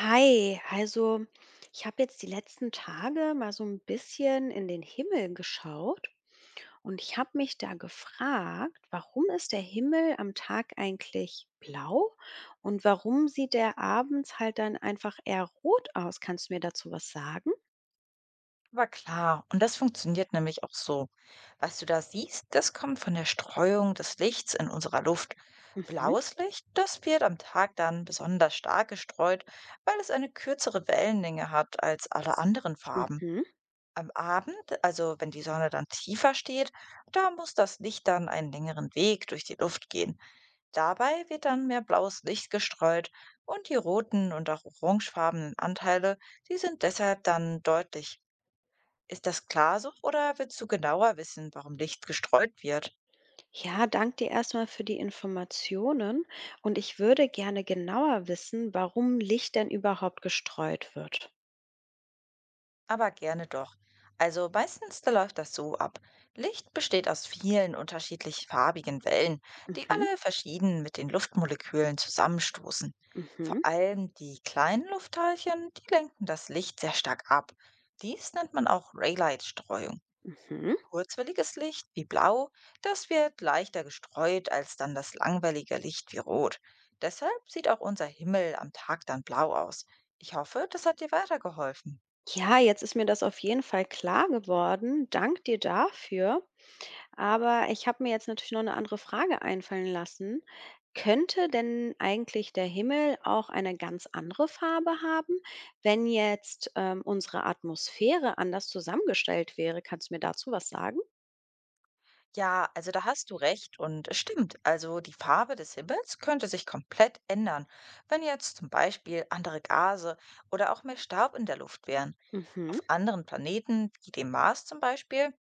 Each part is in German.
Hi, also ich habe jetzt die letzten Tage mal so ein bisschen in den Himmel geschaut und ich habe mich da gefragt, warum ist der Himmel am Tag eigentlich blau und warum sieht der abends halt dann einfach eher rot aus? Kannst du mir dazu was sagen? Aber klar, und das funktioniert nämlich auch so. Was du da siehst, das kommt von der Streuung des Lichts in unserer Luft. Mhm, Blaues Licht, das wird am Tag dann besonders stark gestreut, weil es eine kürzere Wellenlänge hat als alle anderen Farben. mhm. Am Abend, also wenn die Sonne dann tiefer steht, da muss das Licht dann einen längeren Weg durch die Luft gehen. Dabei wird dann mehr blaues Licht gestreut und die roten und auch orangefarbenen Anteile, die sind deshalb dann deutlich. Ist das klar so oder willst du genauer wissen, warum Licht gestreut wird? Ja, danke dir erstmal für die Informationen und ich würde gerne genauer wissen, warum Licht denn überhaupt gestreut wird. Aber gerne doch. Also meistens da läuft das so ab. Licht besteht aus vielen unterschiedlich farbigen Wellen, die Mhm, alle verschieden mit den Luftmolekülen zusammenstoßen. Vor mhm, allem die kleinen Luftteilchen, die lenken das Licht sehr stark ab. Dies nennt man auch Raylight-Streuung. mhm. Kurzwelliges Licht wie blau, das wird leichter gestreut als dann das langwellige Licht wie rot. Deshalb sieht auch unser Himmel am Tag dann blau aus. Ich hoffe, das hat dir weitergeholfen. Ja, jetzt ist mir das auf jeden Fall klar geworden. Dank dir dafür. Aber ich habe mir jetzt natürlich noch eine andere Frage einfallen lassen. Könnte denn eigentlich der Himmel auch eine ganz andere Farbe haben, wenn jetzt unsere Atmosphäre anders zusammengestellt wäre? Kannst du mir dazu was sagen? Ja, also da hast du recht und es stimmt. Also die Farbe des Himmels könnte sich komplett ändern, wenn jetzt zum Beispiel andere Gase oder auch mehr Staub in der Luft wären. Mhm. Auf anderen Planeten, wie dem Mars zum Beispiel,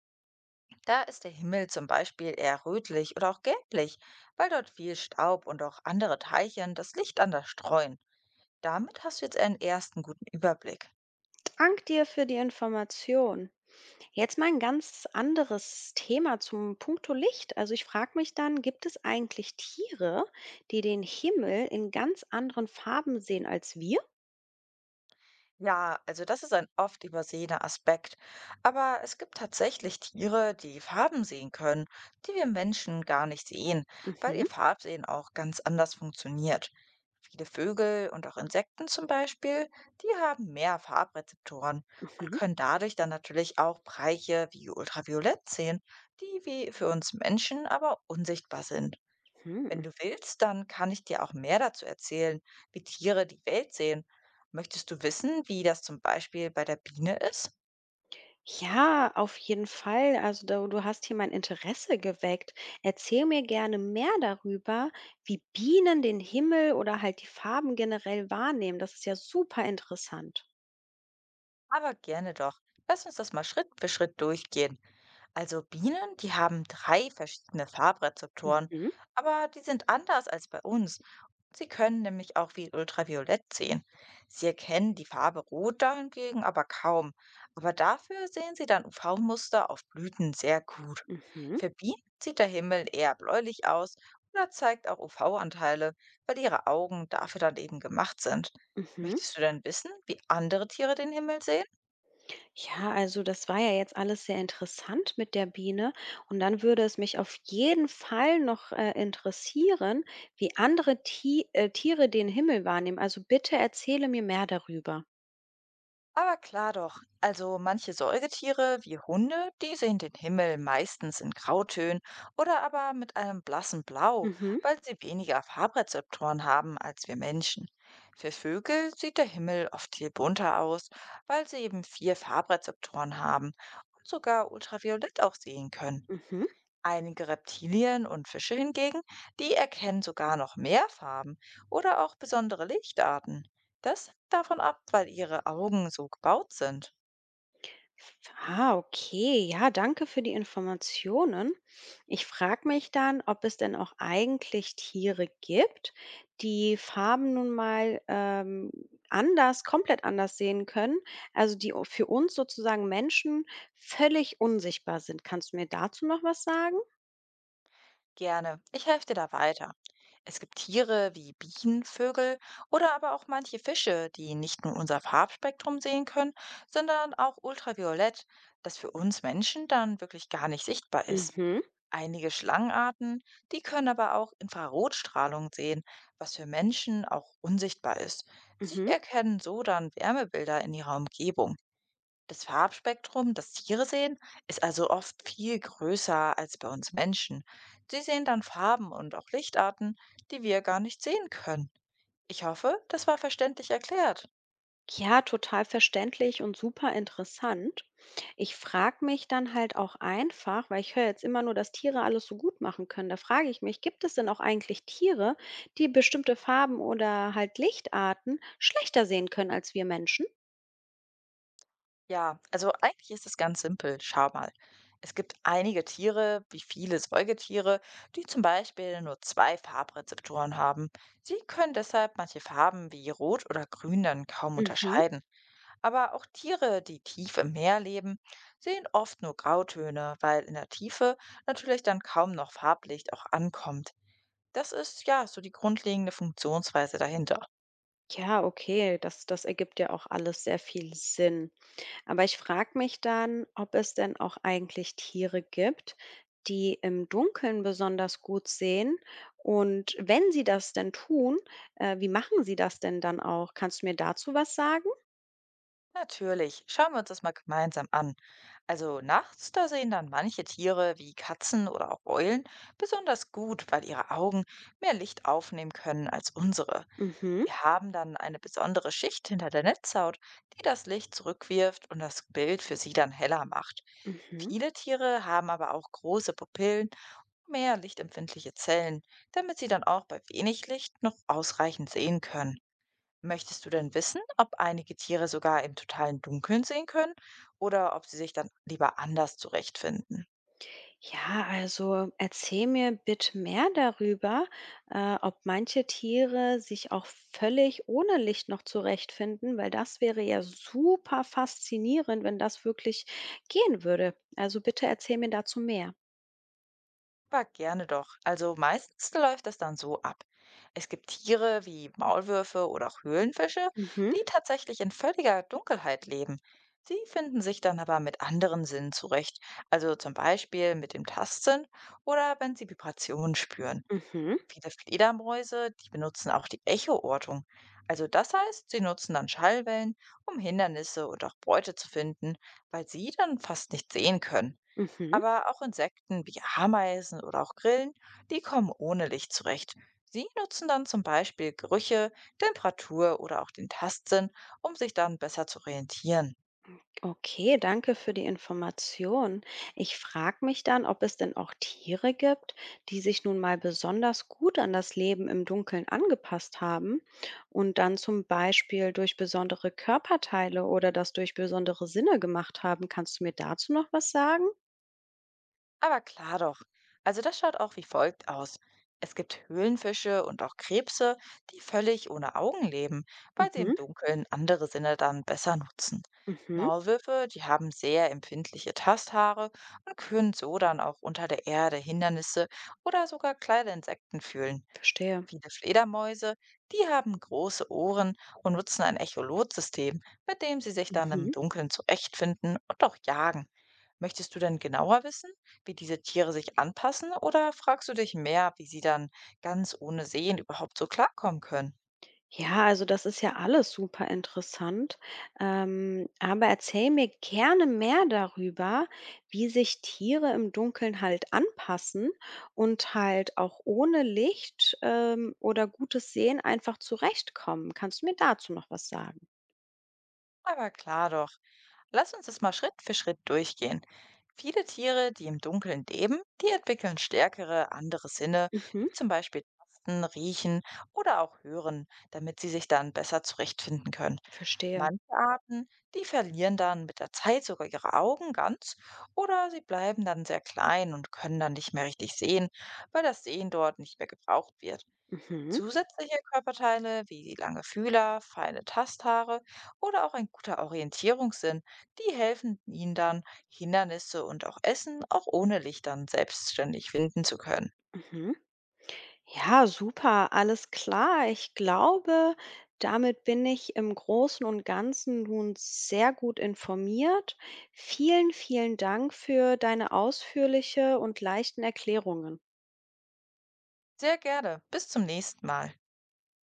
da ist der Himmel zum Beispiel eher rötlich oder auch gelblich, weil dort viel Staub und auch andere Teilchen das Licht anders streuen. Damit hast du jetzt einen ersten guten Überblick. Danke dir für die Information. Jetzt mal ein ganz anderes Thema zum puncto Licht. Also, ich frage mich dann, gibt es eigentlich Tiere, die den Himmel in ganz anderen Farben sehen als wir? Ja, also das ist ein oft übersehener Aspekt. Aber es gibt tatsächlich Tiere, die Farben sehen können, die wir Menschen gar nicht sehen, weil ihr Mhm, Farbsehen auch ganz anders funktioniert. Viele Vögel und auch Insekten zum Beispiel, die haben mehr Farbrezeptoren und mhm, können dadurch dann natürlich auch Bereiche wie Ultraviolett sehen, die wie für uns Menschen aber unsichtbar sind. Wenn mhm. du willst, dann kann ich dir auch mehr dazu erzählen, wie Tiere die Welt sehen. Möchtest du wissen, wie das zum Beispiel bei der Biene ist? Ja, auf jeden Fall. Also, da du hast hier mein Interesse geweckt. Erzähl mir gerne mehr darüber, wie Bienen den Himmel oder halt die Farben generell wahrnehmen. Das ist ja super interessant. Aber gerne doch. Lass uns das mal Schritt für Schritt durchgehen. Also Bienen, die haben 3 verschiedene Farbrezeptoren, Mhm, aber die sind anders als bei uns. Sie können nämlich auch wie Ultraviolett sehen. Sie erkennen die Farbe Rot dahingegen aber kaum. Aber dafür sehen sie dann UV-Muster auf Blüten sehr gut. mhm, Für Bienen sieht der Himmel eher bläulich aus oder zeigt auch UV-Anteile, weil ihre Augen dafür dann eben gemacht sind. mhm. Möchtest du denn wissen, wie andere Tiere den Himmel sehen? Ja, also das war ja jetzt alles sehr interessant mit der Biene und dann würde es mich auf jeden Fall noch interessieren, wie andere Ti Tiere den Himmel wahrnehmen. Also bitte erzähle mir mehr darüber. Aber klar doch, also manche Säugetiere wie Hunde, die sehen den Himmel meistens in Grautönen oder aber mit einem blassen Blau, Mhm, weil sie weniger Farbrezeptoren haben als wir Menschen. Für Vögel sieht der Himmel oft viel bunter aus, weil sie eben 4 Farbrezeptoren haben und sogar Ultraviolett auch sehen können. mhm. Einige Reptilien und Fische hingegen, die erkennen sogar noch mehr Farben oder auch besondere Lichtarten. Das hängt davon ab, weil ihre Augen so gebaut sind. Ah, okay. Ja, danke für die Informationen. Ich frage mich dann, ob es denn auch eigentlich Tiere gibt, die Farben nun mal anders, komplett anders sehen können, also für uns sozusagen Menschen völlig unsichtbar sind. Kannst du mir dazu noch was sagen? Gerne, ich helfe dir da weiter. Es gibt Tiere wie Bienen, Vögel oder aber auch manche Fische, die nicht nur unser Farbspektrum sehen können, sondern auch ultraviolett, das für uns Menschen dann wirklich gar nicht sichtbar ist. Mhm, Einige Schlangenarten, die können aber auch Infrarotstrahlung sehen, was für Menschen auch unsichtbar ist. Sie mhm. erkennen so dann Wärmebilder in ihrer Umgebung. Das Farbspektrum, das Tiere sehen, ist also oft viel größer als bei uns Menschen. Sie sehen dann Farben und auch Lichtarten, die wir gar nicht sehen können. Ich hoffe, das war verständlich erklärt. Ja, total verständlich und super interessant. Ich frage mich dann halt auch einfach, weil ich höre jetzt immer nur, dass Tiere alles so gut machen können. Da frage ich mich, gibt es denn auch eigentlich Tiere, die bestimmte Farben oder halt Lichtarten schlechter sehen können als wir Menschen? Ja, also eigentlich ist es ganz simpel. Schau mal. Es gibt einige Tiere, wie viele Säugetiere, die zum Beispiel nur 2 Farbrezeptoren haben. Sie können deshalb manche Farben wie Rot oder Grün dann kaum Mhm. unterscheiden. Aber auch Tiere, die tief im Meer leben, sehen oft nur Grautöne, weil in der Tiefe natürlich dann kaum noch Farblicht auch ankommt. Das ist ja so die grundlegende Funktionsweise dahinter. Ja, okay, das ergibt ja auch alles sehr viel Sinn. Aber ich frage mich dann, ob es denn auch eigentlich Tiere gibt, die im Dunkeln besonders gut sehen. Und wenn sie das denn tun, wie machen sie das denn dann auch? Kannst du mir dazu was sagen? Natürlich, schauen wir uns das mal gemeinsam an. Also nachts, da sehen dann manche Tiere wie Katzen oder auch Eulen besonders gut, weil ihre Augen mehr Licht aufnehmen können als unsere. Mhm, Sie haben dann eine besondere Schicht hinter der Netzhaut, die das Licht zurückwirft und das Bild für sie dann heller macht. mhm. Viele Tiere haben aber auch große Pupillen, mehr lichtempfindliche Zellen, damit sie dann auch bei wenig Licht noch ausreichend sehen können. Möchtest du denn wissen, ob einige Tiere sogar im totalen Dunkeln sehen können oder ob sie sich dann lieber anders zurechtfinden? Ja, also erzähl mir bitte mehr darüber, ob manche Tiere sich auch völlig ohne Licht noch zurechtfinden, weil das wäre ja super faszinierend, wenn das wirklich gehen würde. Also bitte erzähl mir dazu mehr. Aber gerne doch. Also meistens läuft das dann so ab. Es gibt Tiere wie Maulwürfe oder auch Höhlenfische, Mhm, die tatsächlich in völliger Dunkelheit leben. Sie finden sich dann aber mit anderen Sinnen zurecht, also zum Beispiel mit dem Tastsinn oder wenn sie Vibrationen spüren. mhm, Viele Fledermäuse, die benutzen auch die Echoortung. Also das heißt, sie nutzen dann Schallwellen, um Hindernisse und auch Beute zu finden, weil sie dann fast nicht sehen können. mhm. Aber auch Insekten wie Ameisen oder auch Grillen, die kommen ohne Licht zurecht. Sie nutzen dann zum Beispiel Gerüche, Temperatur oder auch den Tastsinn, um sich dann besser zu orientieren. Okay, danke für die Information. Ich frage mich dann, ob es denn auch Tiere gibt, die sich nun mal besonders gut an das Leben im Dunkeln angepasst haben und dann zum Beispiel durch besondere Körperteile oder das durch besondere Sinne gemacht haben. Kannst du mir dazu noch was sagen? Aber klar doch. Also das schaut auch wie folgt aus. Es gibt Höhlenfische und auch Krebse, die völlig ohne Augen leben, weil sie im Mhm, Dunkeln andere Sinne dann besser nutzen. mhm, Maulwürfe, die haben sehr empfindliche Tasthaare und können so dann auch unter der Erde Hindernisse oder sogar kleine Insekten fühlen. verstehe. Viele Fledermäuse, die haben große Ohren und nutzen ein Echolotsystem, mit dem sie sich dann im Mhm. Dunkeln zurechtfinden und auch jagen. Möchtest du denn genauer wissen, wie diese Tiere sich anpassen, oder fragst du dich mehr, wie sie dann ganz ohne Sehen überhaupt so klarkommen können? Ja, also das ist ja alles super interessant. Aber erzähl mir gerne mehr darüber, wie sich Tiere im Dunkeln halt anpassen und halt auch ohne Licht oder gutes Sehen einfach zurechtkommen. Kannst du mir dazu noch was sagen? Aber klar doch. Lass uns das mal Schritt für Schritt durchgehen. Viele Tiere, die im Dunkeln leben, die entwickeln stärkere andere Sinne, Mhm, wie zum Beispiel Tasten, Riechen oder auch Hören, damit sie sich dann besser zurechtfinden können. verstehe. Manche Arten, die verlieren dann mit der Zeit sogar ihre Augen ganz oder sie bleiben dann sehr klein und können dann nicht mehr richtig sehen, weil das Sehen dort nicht mehr gebraucht wird. Mhm, Zusätzliche Körperteile wie lange Fühler, feine Tasthaare oder auch ein guter Orientierungssinn, die helfen ihnen dann, Hindernisse und auch Essen auch ohne Licht dann selbstständig finden zu können. mhm. Ja, super, alles klar. Ich glaube, damit bin ich im Großen und Ganzen nun sehr gut informiert. Vielen, vielen Dank für deine ausführliche und leichten Erklärungen. Sehr gerne. Bis zum nächsten Mal.